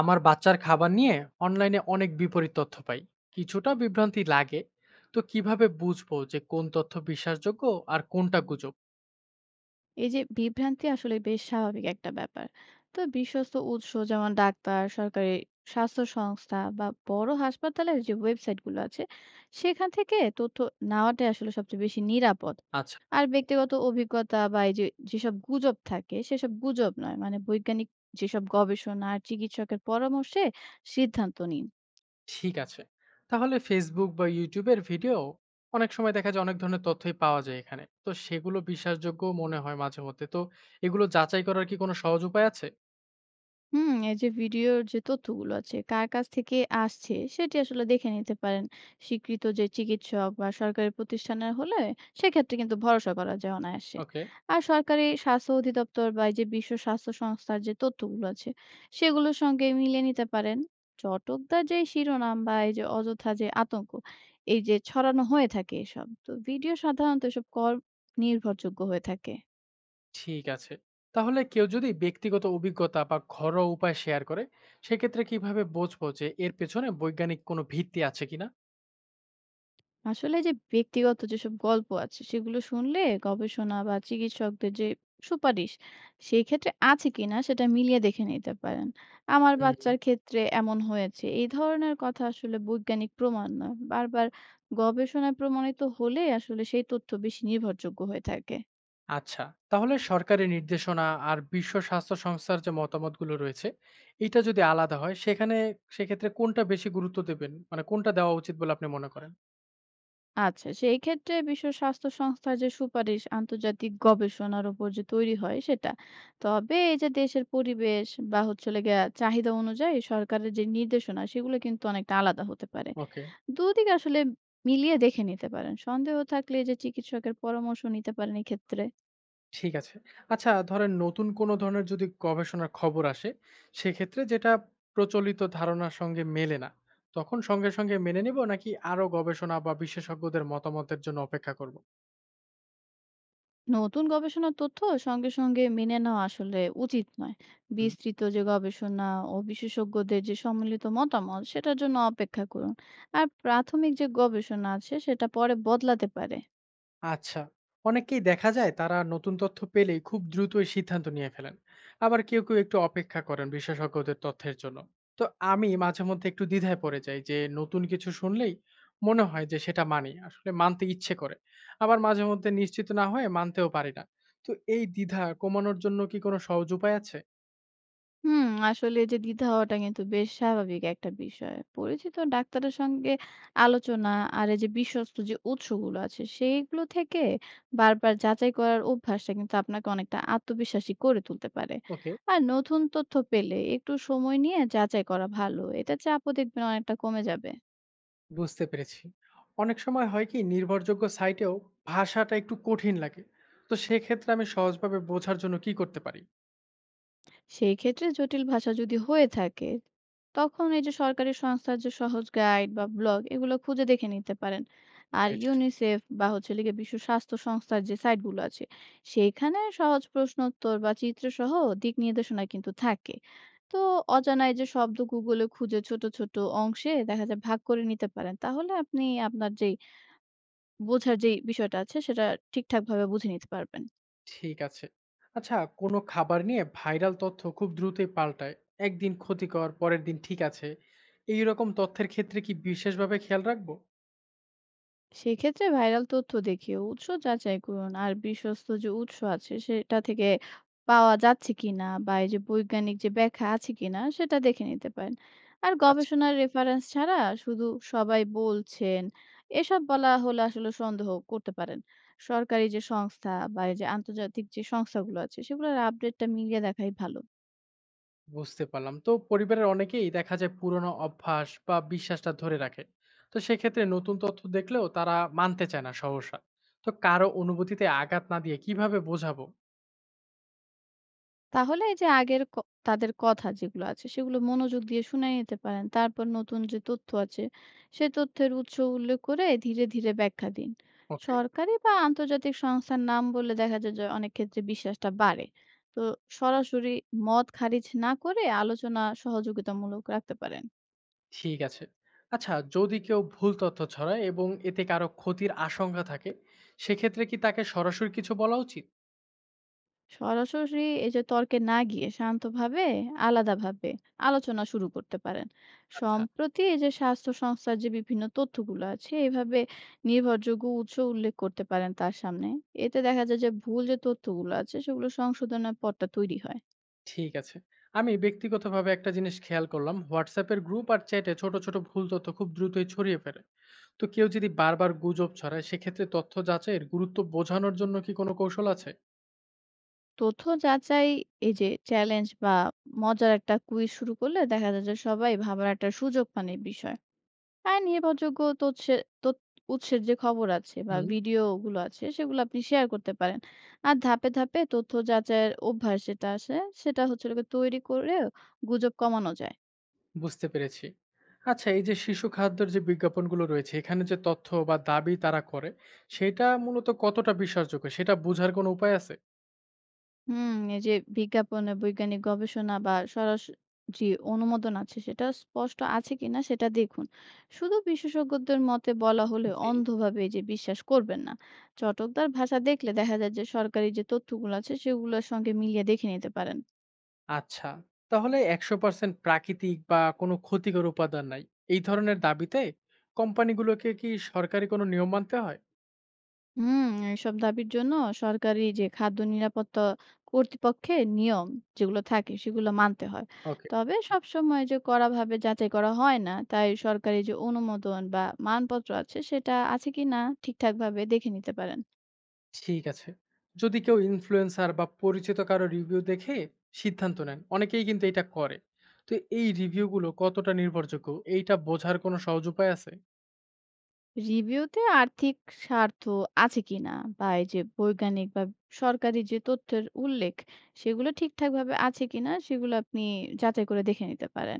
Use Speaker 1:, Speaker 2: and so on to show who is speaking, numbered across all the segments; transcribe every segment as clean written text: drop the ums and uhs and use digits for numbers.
Speaker 1: আমার বাচ্চার খাবার নিয়ে অনলাইনে অনেক বিপরীত তথ্য পাই, কিছুটা বিভ্রান্তি লাগে। তো কিভাবে বুঝবো যে কোন তথ্য বিশ্বাসযোগ্য আর কোনটা গুজব?
Speaker 2: এই যে বিভ্রান্তি আসলে বেশ স্বাভাবিক একটা ব্যাপার। তো বিশ্বস্ত উৎস যেমন ডাক্তার, সরকারি স্বাস্থ্য সংস্থা বা বড় হাসপাতালের যে ওয়েবসাইটগুলো আছে সেখান থেকে তথ্য নেওয়াটাই আসলে সবচেয়ে বেশি নিরাপদ।
Speaker 1: আচ্ছা।
Speaker 2: আর ব্যক্তিগত অভিজ্ঞতা বা এই যে যেসব গুজব থাকে সেসব গুজব নয়, মানে বৈজ্ঞানিক যেসব গবেষণা আর চিকিৎসকের পরামর্শে সিদ্ধান্ত নিন।
Speaker 1: ঠিক আছে। তাহলে ফেসবুক বা ইউটিউবের ভিডিও অনেক সময় দেখা যায়, অনেক ধরনের তথ্যই পাওয়া যায় এখানে, তো সেগুলো বিশ্বাসযোগ্য মনে হয় মাঝে মধ্যে, তো এগুলো যাচাই করার কি কোনো সহজ উপায় আছে?
Speaker 2: এই যে ভিডিওর যে তথ্যগুলো আছে, কার কাছ থেকে আসছে সেটি আসলে দেখে নিতে পারেন। স্বীকৃত যে চিকিৎসক বা সরকারি প্রতিষ্ঠানের হলে সেক্ষেত্রে কিন্তু ভরসা করা যায় অনায়াসে।
Speaker 1: ওকে।
Speaker 2: আর সরকারি স্বাস্থ্য অধিদপ্তর বা এই যে বিশ্ব স্বাস্থ্য সংস্থার যে তথ্যগুলো আছে সেগুলোর সঙ্গে মিলিয়ে নিতে পারেন। চটকদার যে শিরোনাম বা এই যে অযথা যে আতঙ্ক এই যে ছড়ানো হয়ে থাকে এসব। তো ভিডিও সাধারণত এসব কর নির্ভরযোগ্য হয়ে থাকে।
Speaker 1: ঠিক আছে। তাহলে কেউ যদি ব্যক্তিগত অভিজ্ঞতা বা ঘরোয়া উপায় শেয়ার করে, সেক্ষেত্রে কিভাবে বুঝবো যে এর পেছনে বৈজ্ঞানিক কোনো ভিত্তি আছে কিনা?
Speaker 2: আসলে যে ব্যক্তিগত যেসব গল্প আছে সেগুলো শুনলে গবেষণা বা চিকিৎসকদের যে সুপারিশ সেই ক্ষেত্রে আছে কিনা সেটা মিলিয়ে দেখে নিতে পারেন। আমার
Speaker 1: হুম।
Speaker 2: বাচ্চার ক্ষেত্রে এমন হয়েছে এই ধরনের কথা আসলে বৈজ্ঞানিক প্রমাণ নয়। বারবার গবেষণায় প্রমাণিত হলে আসলে সেই তথ্য বেশি নির্ভরযোগ্য হয়ে থাকে।
Speaker 1: আচ্ছা। তাহলে সরকারি নির্দেশনা আর বিশ্ব স্বাস্থ্য সংস্থার যে মতামতগুলো রয়েছে, এটা যদি আলাদা হয় সেখানে, সেক্ষেত্রে কোনটা বেশি গুরুত্ব দেবেন, মানে কোনটা দেওয়া উচিত বলে আপনি মনে করেন?
Speaker 2: আচ্ছা, সেই ক্ষেত্রে বিশ্ব স্বাস্থ্য সংস্থার যে সুপারিশ আন্তর্জাতিক গবেষণার উপর যে তৈরি হয় সেটা। তবে এই যে দেশের পরিবেশ বা হচ্ছে হলো গিয়া চাহিদা অনুযায়ী সরকারের যে নির্দেশনা সেগুলো কিন্তু অনেকটা আলাদা হতে পারে।
Speaker 1: ওকে।
Speaker 2: ২ দিকে আসলে মিলিয়ে দেখে নিতে পারেন। সন্দেহ থাকলে এই যে চিকিৎসকের পরামর্শ নিতে পারেন এক্ষেত্রে।
Speaker 1: ঠিক আছে। আচ্ছা, ধরেন নতুন কোনো ধরনের যদি গবেষণার খবর আসে, সেক্ষেত্রে যেটা প্রচলিত ধারণার সঙ্গে মেলে না, তখন সঙ্গে সঙ্গে মেনে নেব নাকি আরো গবেষণা বা বিশেষজ্ঞদের মতামতের জন্য অপেক্ষা করব?
Speaker 2: নতুন গবেষণার তথ্য সঙ্গে সঙ্গে মেনে নেওয়া আসলে উচিত নয়। বিস্তৃত যে গবেষণা ও বিশেষজ্ঞদের যে সম্মিলিত মতামত সেটার জন্য অপেক্ষা করুন। আর প্রাথমিক যে গবেষণা আছে সেটা পরে বদলাতে পারে।
Speaker 1: আচ্ছা। অনেকেই দেখা যায় তারা নতুন তথ্য পেলেই খুব দ্রুতই সিদ্ধান্ত নিয়ে ফেলেন, আবার কেউ কেউ একটু অপেক্ষা করেন বিশেষজ্ঞদের তথ্যের জন্য। তো আমি মাঝে মধ্যে একটু দ্বিধায় পড়ে যাই যে নতুন কিছু শুনলেই মনে হয় যে সেটা মানি, আসলে মানতে ইচ্ছে করে, আবার মাঝে মধ্যে নিশ্চিত না হয়ে মানতেও পারি না। তো এই দ্বিধা কমানোর জন্য কি কোনো সহজ উপায় আছে?
Speaker 2: হুম, আসলে এই যে দ্বিধা হওয়াটা কিন্তু বেশ স্বাভাবিক একটা বিষয়। পরিচিত ডাক্তারের সঙ্গে আলোচনা আর এই যে বিশ্বস্ত যে উৎসগুলো আছে, সেইগুলো থেকে বারবার যাচাই করার অভ্যাসটা কিন্তু আপনাকে অনেকটা আত্মবিশ্বাসী করে তুলতে পারে।
Speaker 1: ওকে।
Speaker 2: আর নতুন তথ্য পেলে একটু সময় নিয়ে যাচাই করা ভালো। এতে চাপও দেখবেন অনেকটা কমে যাবে।
Speaker 1: বুঝতে পেরেছি। অনেক সময় হয় কি, নির্ভরযোগ্য সাইটেও ভাষাটা একটু কঠিন লাগে, তো সেক্ষেত্রে আমি সহজভাবে বোঝার জন্য কি করতে পারি?
Speaker 2: সেই ক্ষেত্রে জটিল ভাষা যদি হয়ে থাকে তখন এই যে সরকারি সংস্থার যে সহজ গাইড বা ব্লগ এগুলো খুঁজে দেখে নিতে পারেন। আর
Speaker 1: বেশ।
Speaker 2: ইউনিসেফ বা হচ্ছে লিগে বিশ্ব স্বাস্থ্য সংস্থার যে সাইটগুলো আছে সেইখানে সহজ প্রশ্নোত্তর বা চিত্র সহ দিক নির্দেশনা কিন্তু থাকে। তো অজানা এই যে শব্দ গুগলে খুঁজে ছোট ছোট অংশে দেখা যায় ভাগ করে নিতে পারেন, তাহলে আপনি আপনার যেই বোঝার যেই বিষয়টা আছে সেটা ঠিকঠাক ভাবে বুঝে নিতে পারবেন।
Speaker 1: ঠিক আছে। আচ্ছা, কোনো খাবার নিয়ে ভাইরাল তথ্য খুব দ্রুতই পাল্টায়। একদিন ক্ষতিকর, পরের দিন ঠিক আছে। এইরকম তথ্যের ক্ষেত্রে কি বিশেষভাবে খেয়াল রাখবো?
Speaker 2: সেক্ষেত্রে ভাইরাল তথ্য দেখিয়ে উৎস যাচাই করুন, আর বিশ্বস্ত যে উৎস আছে সেটা থেকে পাওয়া যাচ্ছে কিনা বা এই যে বৈজ্ঞানিক যে ব্যাখ্যা আছে কিনা সেটা দেখে নিতে পারেন। আর
Speaker 1: আচ্ছা।
Speaker 2: গবেষণার রেফারেন্স ছাড়া শুধু সবাই বলছেন এসব বলা হলে আসলে সন্দেহ করতে পারেন। সরকারি যে সংস্থা বা এই যে আন্তর্জাতিক যে সংস্থাগুলো আছে সেগুলোর আপডেটটা মিলিয়ে দেখাই ভালো।
Speaker 1: বুঝতে পারলাম। তো পরিবারের অনেকেই দেখা যায় পুরনো অভ্যাস বা বিশ্বাসটা ধরে রাখে। তো সেক্ষেত্রে নতুন তথ্য দেখলেও তারা মানতে চায় না সহসা। তো কারো অনুভূতিতে আঘাত না দিয়ে কিভাবে বোঝাবো?
Speaker 2: তাহলে এই যে আগের ক তাদের কথা যেগুলো আছে সেগুলো মনোযোগ দিয়ে শুনে নিতে পারেন। তারপর নতুন যে তথ্য আছে, সে তথ্যের উৎস উল্লেখ করে ধীরে, ধীরে ব্যাখ্যা দিন।
Speaker 1: ওকে।
Speaker 2: সরকারি বা আন্তর্জাতিক সংস্থার নাম বললে দেখা যায় যে অনেক ক্ষেত্রে বিশ্বাসটা বাড়ে। তো সরাসরি মত খারিজ না করে আলোচনা সহযোগিতামূলক রাখতে পারেন।
Speaker 1: ঠিক আছে। আচ্ছা, যদি কেউ ভুল তথ্য ছড়ায় এবং এতে কারো ক্ষতির আশঙ্কা থাকে, সেক্ষেত্রে কি তাকে সরাসরি কিছু বলা উচিত?
Speaker 2: সরাসরি এই যে তর্কে না গিয়ে শান্তভাবে আলাদাভাবে আলোচনা শুরু করতে পারেন।
Speaker 1: আচ্ছা।
Speaker 2: সম্প্রতি এই যে স্বাস্থ্য সংস্থার যে বিভিন্ন তথ্যগুলো আছে এইভাবে নির্ভরযোগ্য উৎস উল্লেখ করতে পারেন তার সামনে। এতে দেখা যায় যে ভুল যে তথ্যগুলো আছে সেগুলো সংশোধনের পথটা তৈরি হয়।
Speaker 1: ঠিক আছে। আমি ব্যক্তিগতভাবে একটা জিনিস খেয়াল করলাম, WhatsApp এর গ্রুপ আর চ্যাটে ছোট, ছোট ভুল তথ্য খুব দ্রুতই ছড়িয়ে ফেলে। তো কেউ যদি বারবার গুজব ছড়ায়, সেক্ষেত্রে তথ্য যাচাইয়ের গুরুত্ব বোঝানোর জন্য কি কোনো কৌশল আছে?
Speaker 2: তথ্য যাচাই এই যে চ্যালেঞ্জ বা মজার একটা কুইজ শুরু করলে দেখা যায় যে সবাই ভাবার একটা সুযোগ পান এই বিষয়ে। হ্যাঁ, নির্ভরযোগ্য তোৎসে তথ্য উৎসের যে খবর আছে বা
Speaker 1: হুম।
Speaker 2: ভিডিওগুলো আছে সেগুলো আপনি শেয়ার করতে পারেন। আর ধাপে, ধাপে তথ্য যাচাইয়ের অভ্যাস যেটা আছে সেটা হচ্ছে হলো গিয়ে তৈরি করে গুজব কমানো যায়।
Speaker 1: বুঝতে পেরেছি। আচ্ছা, এই যে শিশু খাদ্যের যে বিজ্ঞাপনগুলো রয়েছে, এখানে যে তথ্য বা দাবি তারা করে, সেটা মূলত কতটা বিশ্বাসযোগ্য সেটা বোঝার কোনো উপায় আছে?
Speaker 2: হুম, এই যে বিজ্ঞাপনে বৈজ্ঞানিক গবেষণা বা সরাসরি যে অনুমোদন আছে সেটা স্পষ্ট আছে কিনা সেটা দেখুন। শুধু বিশেষজ্ঞদের মতে বলা হলে
Speaker 1: জি।
Speaker 2: অন্ধভাবে এই যে বিশ্বাস করবেন না। চটকদার ভাষা দেখলে দেখা যায় যে সরকারি যে তথ্যগুলো আছে সেগুলোর সঙ্গে মিলিয়ে দেখে নিতে পারেন।
Speaker 1: আচ্ছা। তাহলে 100% প্রাকৃতিক বা কোনো ক্ষতিকর উপাদান নাই, এই ধরনের দাবিতে কোম্পানিগুলোকে কি সরকারি কোনো নিয়ম মানতে হয়?
Speaker 2: হুম, এসব দাবির জন্য সরকারি যে খাদ্য নিরাপত্তা কর্তৃপক্ষের নিয়ম যেগুলো থাকে সেগুলো মানতে হয়।
Speaker 1: ওকে।
Speaker 2: তবে সবসময় যে কড়াভাবে যাচাই করা হয় না, তাই সরকারি যে অনুমোদন বা মানপত্র আছে সেটা আছে কিনা ঠিকঠাকভাবে দেখে নিতে পারেন।
Speaker 1: ঠিক আছে। যদি কেউ ইনফ্লুয়েন্সার বা পরিচিত কারো রিভিউ দেখে সিদ্ধান্ত নেন, অনেকেই কিন্তু এটা করে। তো এই রিভিউগুলো কতটা নির্ভরযোগ্য এইটা বোঝার কোনো সহজ উপায় আছে?
Speaker 2: রিভিউতে আর্থিক স্বার্থ আছে কিনা বা এই যে বৈজ্ঞানিক বা সরকারি যে তথ্যের উল্লেখ সেগুলো ঠিকঠাকভাবে আছে কিনা সেগুলো আপনি যাচাই করে দেখে নিতে পারেন।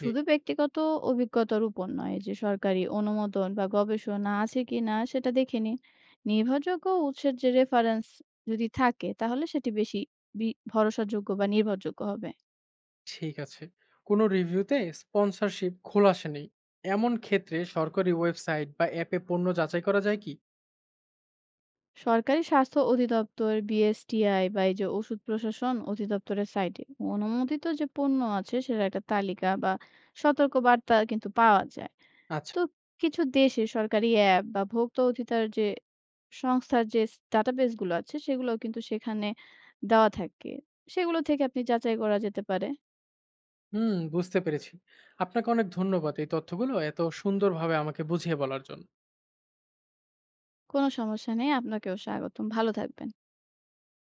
Speaker 1: জি।
Speaker 2: শুধু ব্যক্তিগত অভিজ্ঞতার উপর নয়, যে সরকারি অনুমোদন বা গবেষণা আছে কিনা সেটা দেখে নিন। নির্ভরযোগ্য উৎসের যে রেফারেন্স যদি থাকে তাহলে সেটি বেশি ভরসাযোগ্য বা নির্ভরযোগ্য হবে।
Speaker 1: ঠিক আছে। কোনো রিভিউতে স্পন্সরশিপ খোলাসা নেই। এমন ক্ষেত্রে সরকারি ওয়েবসাইট বা অ্যাপে পণ্য যাচাই করা যায় কি?
Speaker 2: সরকারি স্বাস্থ্য অধিদপ্তর, বিএসটিআই বা এই যে ওষুধ প্রশাসন অধিদপ্তরের সাইটে অনুমোদিত যে পণ্য আছে সেটা একটা তালিকা বা সতর্ক বার্তা কিন্তু পাওয়া যায়।
Speaker 1: আচ্ছা।
Speaker 2: তো কিছু দেশে সরকারি অ্যাপ বা ভোক্তা অধিকার যে সংস্থার যে ডাটাবেস গুলো আছে সেগুলো কিন্তু সেখানে দেওয়া থাকে। সেগুলো থেকে আপনি যাচাই করা যেতে পারে।
Speaker 1: হুম, বুঝতে পেরেছি। আপনাকে অনেক ধন্যবাদ এই তথ্যগুলো এত সুন্দরভাবে আমাকে বুঝিয়ে বলার জন্য।
Speaker 2: কোনো সমস্যা নেই। আপনাকেও স্বাগতম। ভালো থাকবেন।